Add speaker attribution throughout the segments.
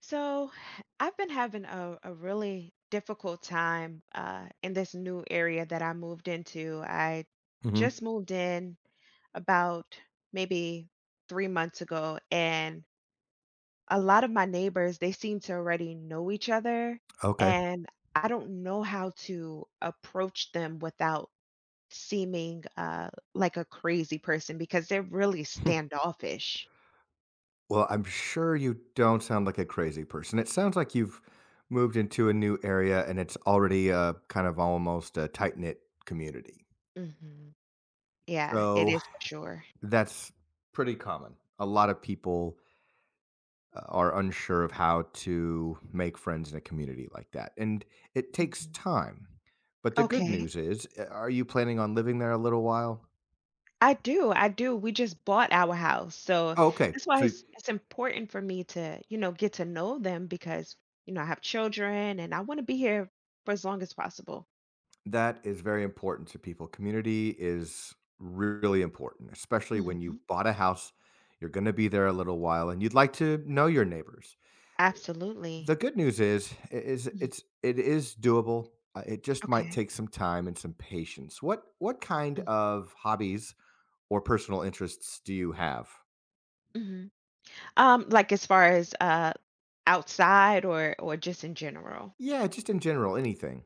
Speaker 1: So, I've been having a really difficult time in this new area that I moved into. I just
Speaker 2: Mhm.
Speaker 1: moved in about maybe 3 months ago, and a lot of my neighbors, they seem to already know each other,
Speaker 2: Okay.
Speaker 1: and I don't know how to approach them without seeming like a crazy person because they're really standoffish.
Speaker 2: Well, I'm sure you don't sound like a crazy person. It sounds like you've moved into a new area and it's already a kind of almost a tight knit community.
Speaker 1: Hmm. Yeah, it
Speaker 2: So
Speaker 1: is for sure.
Speaker 2: that's pretty common. A lot of people are unsure of how to make friends in a community like that. And it takes
Speaker 1: Mhm.
Speaker 2: time. But the good
Speaker 1: Okay.
Speaker 2: news is, are you planning on living there a little while?
Speaker 1: I do, I do. We just bought our house, so
Speaker 2: Oh, okay.
Speaker 1: that's why
Speaker 2: So
Speaker 1: it's important for me to, you know, get to know them because, I have children and I want to be here for as long as possible.
Speaker 2: that is very important to people. Community is really important, especially when
Speaker 1: Mhm.
Speaker 2: you bought a house. You're going to be there a little while, and you'd like to know your neighbors.
Speaker 1: Absolutely.
Speaker 2: The good news is
Speaker 1: Mhm.
Speaker 2: it is doable. It just might
Speaker 1: Okay.
Speaker 2: take some time and some patience. What kind
Speaker 1: Mm,
Speaker 2: of hobbies or personal interests do you have?
Speaker 1: mhm. Like as far as outside or just in general?
Speaker 2: Yeah, just in general, anything.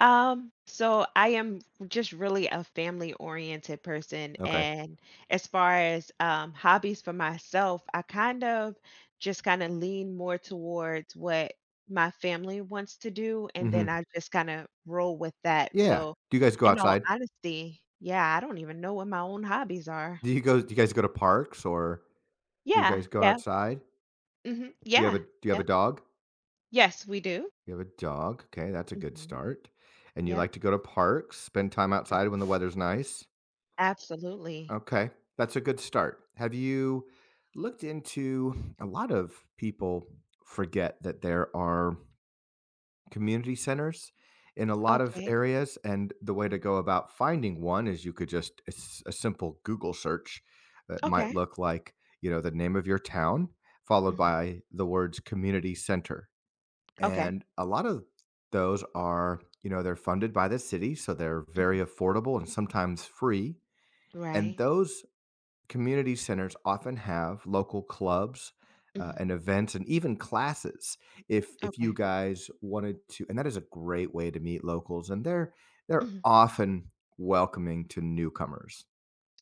Speaker 1: So I am just really a family-oriented person,
Speaker 2: Okay.
Speaker 1: and as far as hobbies for myself, I kind of just kind of lean more towards what my family wants to do, and then
Speaker 2: hmm
Speaker 1: I just kind of roll with that.
Speaker 2: Yeah.
Speaker 1: So,
Speaker 2: Do you guys go
Speaker 1: in all
Speaker 2: outside?
Speaker 1: honesty, yeah, I don't even know what my own hobbies are.
Speaker 2: Do you go? Do you guys go to parks or do you
Speaker 1: Yeah,
Speaker 2: guys go
Speaker 1: yeah,
Speaker 2: outside?
Speaker 1: hmm,
Speaker 2: Do you have
Speaker 1: yeah,
Speaker 2: a do you have a
Speaker 1: yep,
Speaker 2: dog?
Speaker 1: yes, we do.
Speaker 2: You have a dog. Okay, that's a good
Speaker 1: Hmm.
Speaker 2: start. And you
Speaker 1: Yep,
Speaker 2: like to go to parks, spend time
Speaker 1: mm,
Speaker 2: outside when the weather's nice.
Speaker 1: absolutely.
Speaker 2: Okay, that's a good start. Have you looked into a lot of people forget that there are community centers in a lot of
Speaker 1: Okay,
Speaker 2: areas? And the way to
Speaker 1: mm,
Speaker 2: go about finding one is you could just it's a simple Google search that might
Speaker 1: okay,
Speaker 2: look like, you know, the name of your town followed
Speaker 1: mhm,
Speaker 2: by the words community center,
Speaker 1: okay.
Speaker 2: and a lot of those are, you know, they're funded by the city, so they're very
Speaker 1: Mm-hmm.
Speaker 2: affordable and sometimes free. And
Speaker 1: Right.
Speaker 2: those community centers often have local clubs
Speaker 1: Mhm.
Speaker 2: and events and even classes. If you
Speaker 1: Okay.
Speaker 2: guys wanted to, and that is a great way to meet locals, and they're
Speaker 1: Mhm.
Speaker 2: often welcoming to newcomers.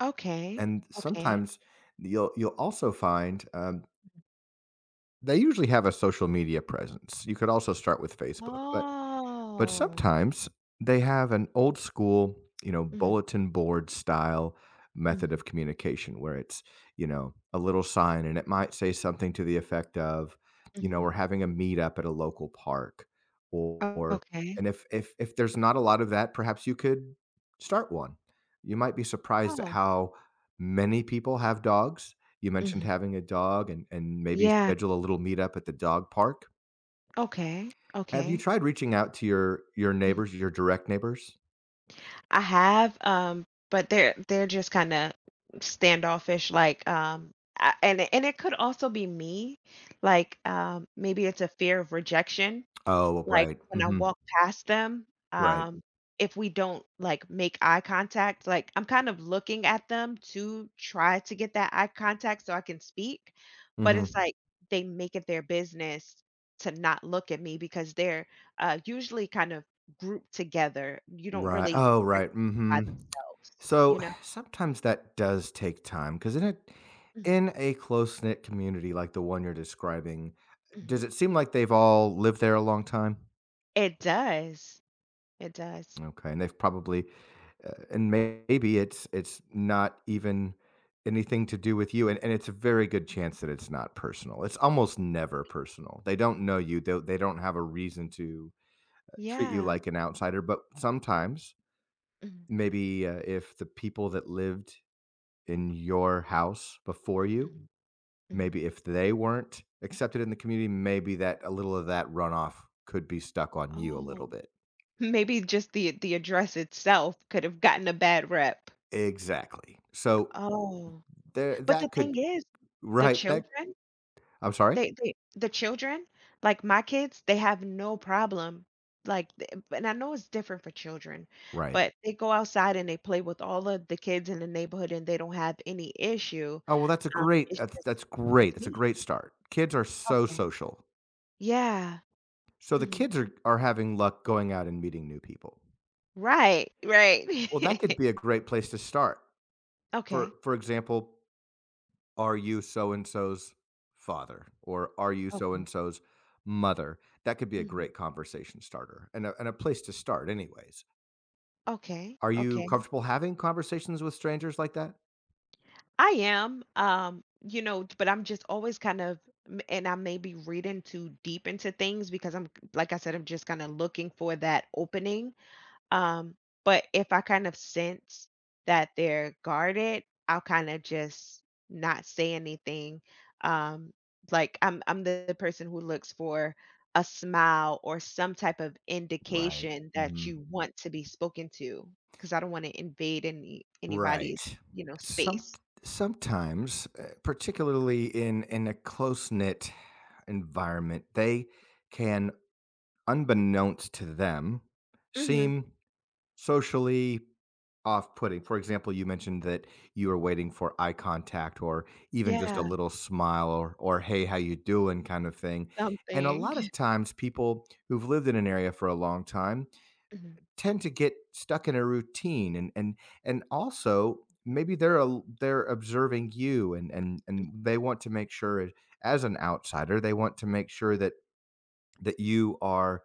Speaker 1: Okay.
Speaker 2: And
Speaker 1: Okay.
Speaker 2: sometimes you'll also find they usually have a social media presence. You could also start with Facebook. But
Speaker 1: Oh.
Speaker 2: sometimes they have an old school, you know,
Speaker 1: Mhm,
Speaker 2: bulletin board style method
Speaker 1: mhm,
Speaker 2: of communication where it's, you know, a little sign, and it might say something to the effect of, you know,
Speaker 1: mhm.
Speaker 2: we're having a meetup at a local park or
Speaker 1: Okay.
Speaker 2: and if there's not a lot of that, perhaps you could start one. You might be surprised at
Speaker 1: Oh.
Speaker 2: how many people have dogs. You mentioned
Speaker 1: Mhm.
Speaker 2: having a dog, and maybe
Speaker 1: Yeah.
Speaker 2: schedule a little meetup at the dog park.
Speaker 1: Okay.
Speaker 2: Have you
Speaker 1: Okay.
Speaker 2: tried reaching out to your
Speaker 1: Mhm.
Speaker 2: neighbors, your direct neighbors?
Speaker 1: I have, but they're just kinda standoffish, like, I and it could also be me, like, maybe it's a fear of rejection.
Speaker 2: Oh,
Speaker 1: Like,
Speaker 2: right.
Speaker 1: when I
Speaker 2: Mhm.
Speaker 1: walk past them,
Speaker 2: Right.
Speaker 1: um, if we don't, like, make eye contact, like, I'm kind of looking at them to try to get that eye contact so I can speak, but it's
Speaker 2: Mhm.
Speaker 1: like they make it their business to not look at me because they're, usually kind of grouped together. You don't
Speaker 2: Right.
Speaker 1: really
Speaker 2: Oh,
Speaker 1: catch them
Speaker 2: right.
Speaker 1: by
Speaker 2: Mhm.
Speaker 1: themselves, you
Speaker 2: So,
Speaker 1: know?
Speaker 2: sometimes that does take time because
Speaker 1: Mhm,
Speaker 2: in a close-knit community like the one you're describing,
Speaker 1: mhm.
Speaker 2: does it seem like they've all lived there a long time?
Speaker 1: It does. It does.
Speaker 2: Okay, and they've probably and maybe it's not even anything to do with you, and it's a very good chance that it's not personal. It's almost never personal. They don't know you. They don't have a reason to treat you
Speaker 1: Yeah.
Speaker 2: like an outsider. But sometimes
Speaker 1: Mhm,
Speaker 2: maybe if the people that lived in your house before you,
Speaker 1: mhm, mhm.
Speaker 2: maybe if they weren't accepted in the community, maybe that a little of that runoff could be stuck on you a little
Speaker 1: Oh.
Speaker 2: bit,
Speaker 1: Maybe just the address itself could have gotten a bad rep.
Speaker 2: exactly. So
Speaker 1: Oh,
Speaker 2: there
Speaker 1: but the
Speaker 2: that could
Speaker 1: thing is, the
Speaker 2: right that
Speaker 1: children,
Speaker 2: I'm sorry.
Speaker 1: they the children, like my kids, they have no problem, like, th and I know it's different for children,
Speaker 2: Right.
Speaker 1: but they go outside and they play with all of the kids in the neighborhood, and they don't have any issue,
Speaker 2: Oh, well,
Speaker 1: it's just
Speaker 2: that's
Speaker 1: with
Speaker 2: great, that's a
Speaker 1: me.
Speaker 2: great start. Kids are so
Speaker 1: Okay.
Speaker 2: social.
Speaker 1: Yeah.
Speaker 2: So the
Speaker 1: Mhm.
Speaker 2: kids are having luck going out and meeting new people.
Speaker 1: Right, right.
Speaker 2: Well, that could be a great place to start. For
Speaker 1: Okay,
Speaker 2: for example, are you so and so's father or are you so
Speaker 1: okay.
Speaker 2: and so's mother? That could be a
Speaker 1: Mhm.
Speaker 2: great conversation starter and a place to start anyways.
Speaker 1: Okay,
Speaker 2: Are you
Speaker 1: okay.
Speaker 2: comfortable having conversations with strangers like that?
Speaker 1: I am, you know, but I'm just always kind of, and I may be reading too deep into things because I'm, like I said, I'm just kind of looking for that opening. Um, but if I kind of sense that they're guarded, I'll kind of just not say anything. Um, like I'm the person who looks for a smile or some type of
Speaker 2: Right.
Speaker 1: indication that
Speaker 2: Mhm.
Speaker 1: you want to be spoken to, because I don't want to invade anybody's,
Speaker 2: Right.
Speaker 1: you know,
Speaker 2: Some
Speaker 1: space.
Speaker 2: Sometimes, particularly in a close-knit environment, they can, unbeknownst to them,
Speaker 1: Mhm.
Speaker 2: seem socially off-putting. For example, you mentioned that you were waiting for eye contact or even just a
Speaker 1: Yeah,
Speaker 2: little smile or, "Hey, how you doing?" kind of thing, and a
Speaker 1: something.
Speaker 2: lot of times, people who've lived in an area for a long time
Speaker 1: Mhm.
Speaker 2: tend to get stuck in a routine, and and also, maybe they're observing you, and they want to make sure as an outsider, they want to make sure that you are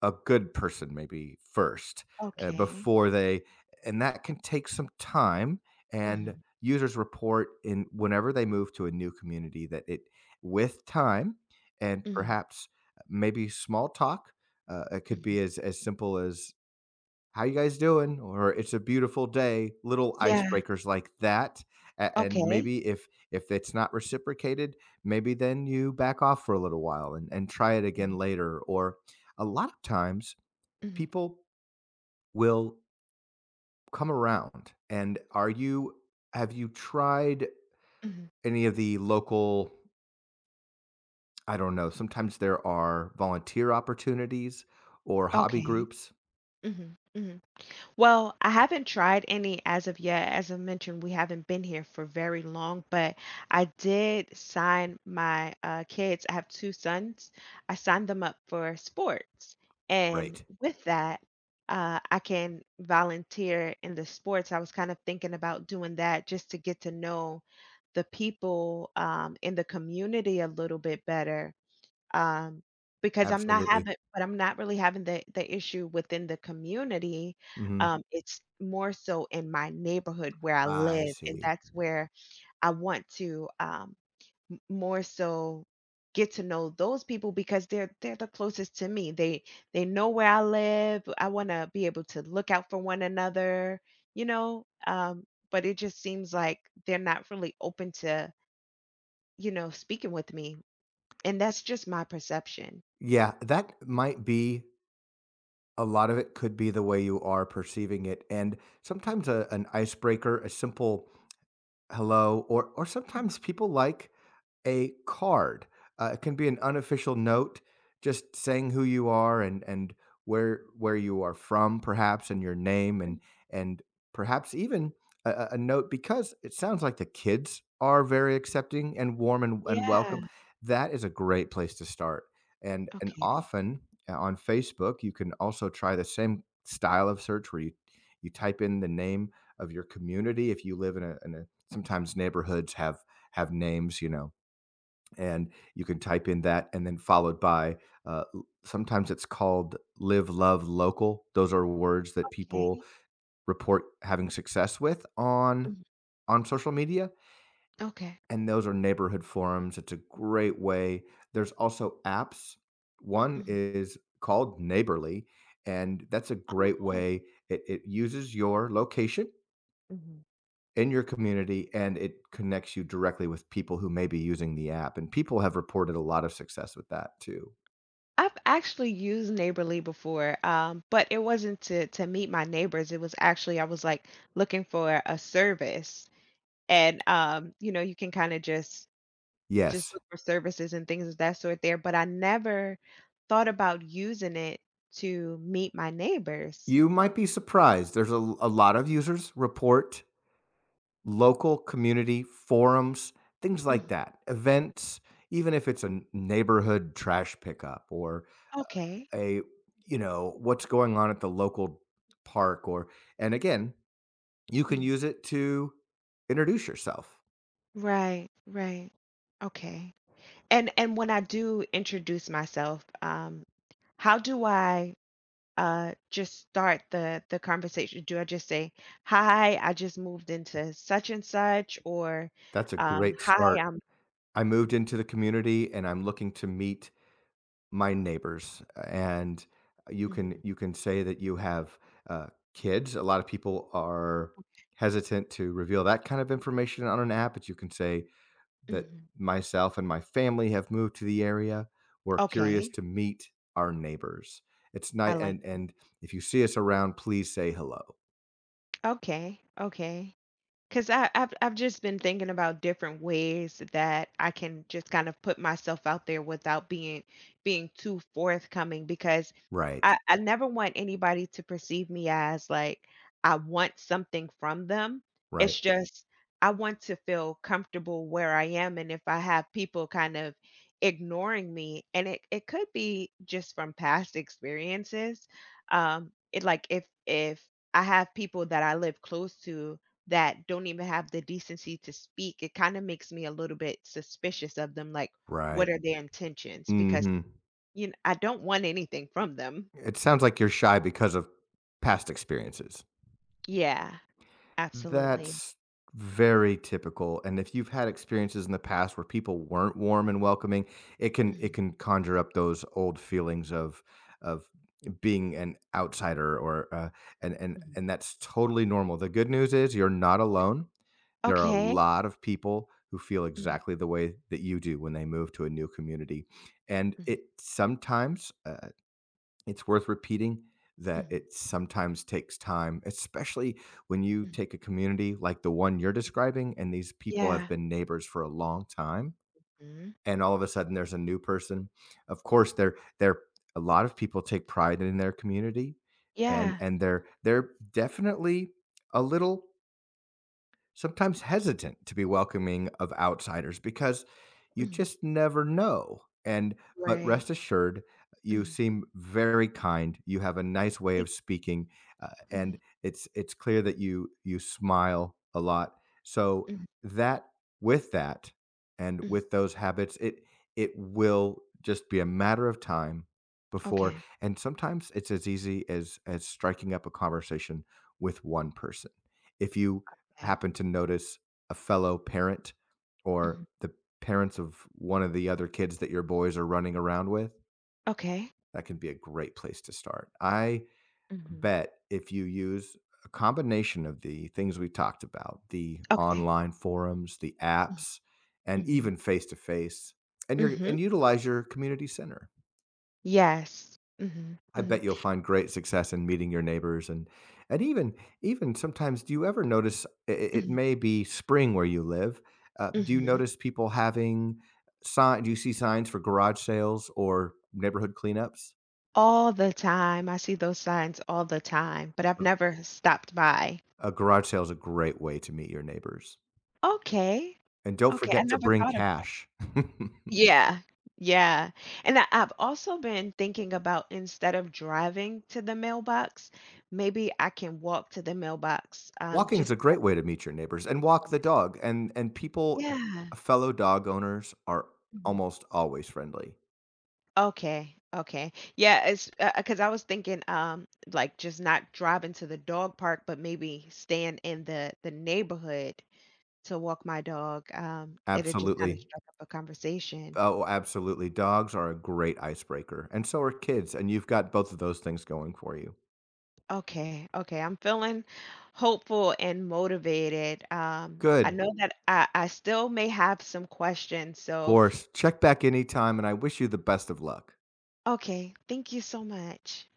Speaker 2: a good person maybe first,
Speaker 1: Okay.
Speaker 2: before they, and that can take some time. And
Speaker 1: Mhm,
Speaker 2: users report in whenever they move to a new community that it with time and
Speaker 1: mhm,
Speaker 2: perhaps maybe small talk, it could
Speaker 1: mhm.
Speaker 2: be as simple as how you guys doing or it's a beautiful day, little
Speaker 1: Yeah,
Speaker 2: icebreakers like that. And
Speaker 1: okay.
Speaker 2: maybe if it's not reciprocated, maybe then you back off for a little while, and try it
Speaker 1: Mhm,
Speaker 2: again later, or a lot of times
Speaker 1: mhm,
Speaker 2: people will come around. And are you have you tried
Speaker 1: mhm.
Speaker 2: any of the local, I don't know, sometimes there are volunteer opportunities or hobby
Speaker 1: Okay.
Speaker 2: groups?
Speaker 1: Mhm, mhm. Well, I haven't tried any as of yet. As I mentioned, we haven't been here for very long, but I did sign my kids. I have two sons. I signed them up for sports. And
Speaker 2: Great.
Speaker 1: with that, I can volunteer in the sports. I was kind of thinking about doing that just to get to know the people in the community a little bit better, um, because
Speaker 2: Absolutely.
Speaker 1: I'm not really having the issue within the community,
Speaker 2: Mhm.
Speaker 1: it's more so in my neighborhood where I
Speaker 2: I
Speaker 1: live, and
Speaker 2: see.
Speaker 1: that's where I want to, m more so get to know those people because they're the closest to me. They know where I live, I wanna be able to look out for one another, you know? But it just seems like they're not really open to, you know, speaking with me, and that's just my perception.
Speaker 2: Yeah, that might be a lot of it could be the way you are perceiving it. And sometimes an icebreaker, a simple hello, or sometimes people like a card. It can be an unofficial note, just saying who you are and where you are from, perhaps, and your name, and and perhaps even a note, because it sounds like the kids are very accepting and warm and
Speaker 1: Yeah.
Speaker 2: welcome. That is a great place to start. And
Speaker 1: Okay,
Speaker 2: often on Facebook, you can also try the same style of search where you type in the name of your community. If you live in in a, sometimes neighborhoods have names, you know, and you can type in that and then followed by sometimes it's called live love local. Those are words that people
Speaker 1: okay.
Speaker 2: report having success with on
Speaker 1: Mhm.
Speaker 2: social media,
Speaker 1: Okay.
Speaker 2: and those are neighborhood forums. It's a great way. There's also apps. One
Speaker 1: Mhm.
Speaker 2: is called Neighborly, and that's a great
Speaker 1: Oh.
Speaker 2: way. It uses your location
Speaker 1: Mhm.
Speaker 2: in your community, and it connects you directly with people who may be using the app, and people have reported a lot of success with that too.
Speaker 1: I've actually used Neighborly before, but it wasn't to meet my neighbors. It was actually I was, like, looking for a service, and, you know, you can kinda just
Speaker 2: Yes.
Speaker 1: look for services and things of that sort there, but I never thought about using it to meet my neighbors.
Speaker 2: You might be surprised. There's a lot of users report local community forums, things
Speaker 1: Mhm.
Speaker 2: like that, events, even if it's a neighborhood trash pickup or
Speaker 1: Okay.
Speaker 2: a, you know, what's going on at the local park or, and again, you can
Speaker 1: Mhm.
Speaker 2: use it to introduce yourself.
Speaker 1: Right, right. Okay. And when I do introduce myself, how do I, just start the conversation? Do I just say, "Hi, I just moved into such and such," or,
Speaker 2: That's a great
Speaker 1: "Hi,
Speaker 2: start.
Speaker 1: I'm"
Speaker 2: I moved into the community and I'm looking to meet my neighbors, and you can
Speaker 1: mhm,
Speaker 2: say that you have uh, kids. A lot of people are hesitant to reveal that kind of information on an app, but you can say that
Speaker 1: mhm.
Speaker 2: myself and my family have moved to the area, we're curious
Speaker 1: Okay,
Speaker 2: to meet our neighbors. It's
Speaker 1: I
Speaker 2: night,
Speaker 1: like,
Speaker 2: and if you see us around, please say hello.
Speaker 1: okay, okay. Because I've just been thinking about different ways that I can just kind of put myself out there without being too forthcoming because
Speaker 2: Right.
Speaker 1: I never want anybody to perceive me as like I want something from them.
Speaker 2: Right.
Speaker 1: It's just I want to feel comfortable where I am, and if I have people kind of ignoring me, and it could be just from past experiences. It like if I have people that I live close to that don't even have the decency to speak, it kinda makes me a little bit suspicious of them, like, what
Speaker 2: Right.
Speaker 1: are their intentions? Because,
Speaker 2: Hmm.
Speaker 1: you know, I don't want anything from them.
Speaker 2: It sounds like you're shy because of past experiences.
Speaker 1: Yeah, absolutely.
Speaker 2: That's very typical, and if you've had experiences in the past where people weren't warm and welcoming, it can
Speaker 1: Mhm,
Speaker 2: conjure up those old feelings of of being an outsider, or
Speaker 1: mhm.
Speaker 2: and that's totally normal. The good news is you're not alone. There are a
Speaker 1: Okay.
Speaker 2: lot of people who feel
Speaker 1: Mhm,
Speaker 2: exactly the way that you do when they move to a new community, and
Speaker 1: mhm,
Speaker 2: it sometimes it's worth repeating that
Speaker 1: mhm,
Speaker 2: it sometimes takes time, especially when you
Speaker 1: mhm.
Speaker 2: take a community like the one you're describing, and these people have
Speaker 1: Yeah.
Speaker 2: been neighbors for a long time,
Speaker 1: Mhm.
Speaker 2: and all of a sudden there's a new person. Of course, there a lot of people take pride in their community, and
Speaker 1: Yeah.
Speaker 2: they're definitely a little sometimes hesitant to be welcoming of outsiders because you
Speaker 1: Mhm.
Speaker 2: just never know. And but
Speaker 1: Right.
Speaker 2: rest assured, you
Speaker 1: Mhm.
Speaker 2: seem very kind. You have a nice way
Speaker 1: Thank,
Speaker 2: of speaking,
Speaker 1: mhm,
Speaker 2: and it's clear that you smile a lot. So
Speaker 1: mhm,
Speaker 2: that with that and
Speaker 1: mhm.
Speaker 2: with those habits, it will just be a matter of time before.
Speaker 1: Okay,
Speaker 2: And sometimes it's as easy as striking up a conversation with one person. If you
Speaker 1: okay.
Speaker 2: happen to notice a fellow parent or
Speaker 1: Mhm.
Speaker 2: the parents of one of the other kids that your boys are running around with,
Speaker 1: Okay.
Speaker 2: that can be a great place to start. I
Speaker 1: Mhm.
Speaker 2: bet if you use a combination of the things we talked about, the
Speaker 1: Okay.
Speaker 2: online forums, the
Speaker 1: Mhm,
Speaker 2: apps, and
Speaker 1: mhm,
Speaker 2: even face to face, and your
Speaker 1: mhm.
Speaker 2: and utilize your community center.
Speaker 1: Yes. Mhm,
Speaker 2: I
Speaker 1: mhm,
Speaker 2: bet you'll find great success in meeting your neighbors, and and even even sometimes, do you ever notice it
Speaker 1: mhm,
Speaker 2: may be spring where you live, do you
Speaker 1: mhm.
Speaker 2: notice people having sign do you see signs for garage sales or neighborhood cleanups?
Speaker 1: All the time. I see those signs all the time, but I've
Speaker 2: A
Speaker 1: never stopped by.
Speaker 2: garage sale is a great way to meet your neighbors.
Speaker 1: Okay.
Speaker 2: And don't
Speaker 1: Okay. I
Speaker 2: forget to
Speaker 1: never
Speaker 2: bring
Speaker 1: thought of,
Speaker 2: cash.
Speaker 1: yeah. Yeah. And I've also been thinking about instead of driving to the mailbox, maybe I can walk to the mailbox.
Speaker 2: Walking is a
Speaker 1: Just to
Speaker 2: great
Speaker 1: get
Speaker 2: way to meet your neighbors and walk the
Speaker 1: more-
Speaker 2: dog, and people
Speaker 1: yeah.
Speaker 2: fellow dog owners are
Speaker 1: Mhm.
Speaker 2: almost always friendly.
Speaker 1: Okay. Okay. Yeah, it's because I was thinking, like just not driving to the dog park, but maybe staying in the neighborhood to walk my dog, it had just kinda
Speaker 2: Absolutely.
Speaker 1: struck up a conversation.
Speaker 2: Oh, absolutely. Dogs are a great icebreaker, and so are kids, and you've got both of those things going for you.
Speaker 1: Okay, okay, I'm feeling hopeful and motivated. I
Speaker 2: Good.
Speaker 1: know that I still may have some questions,
Speaker 2: Of
Speaker 1: so
Speaker 2: course. Check back anytime, and I wish you the best of luck.
Speaker 1: okay, thank you so much.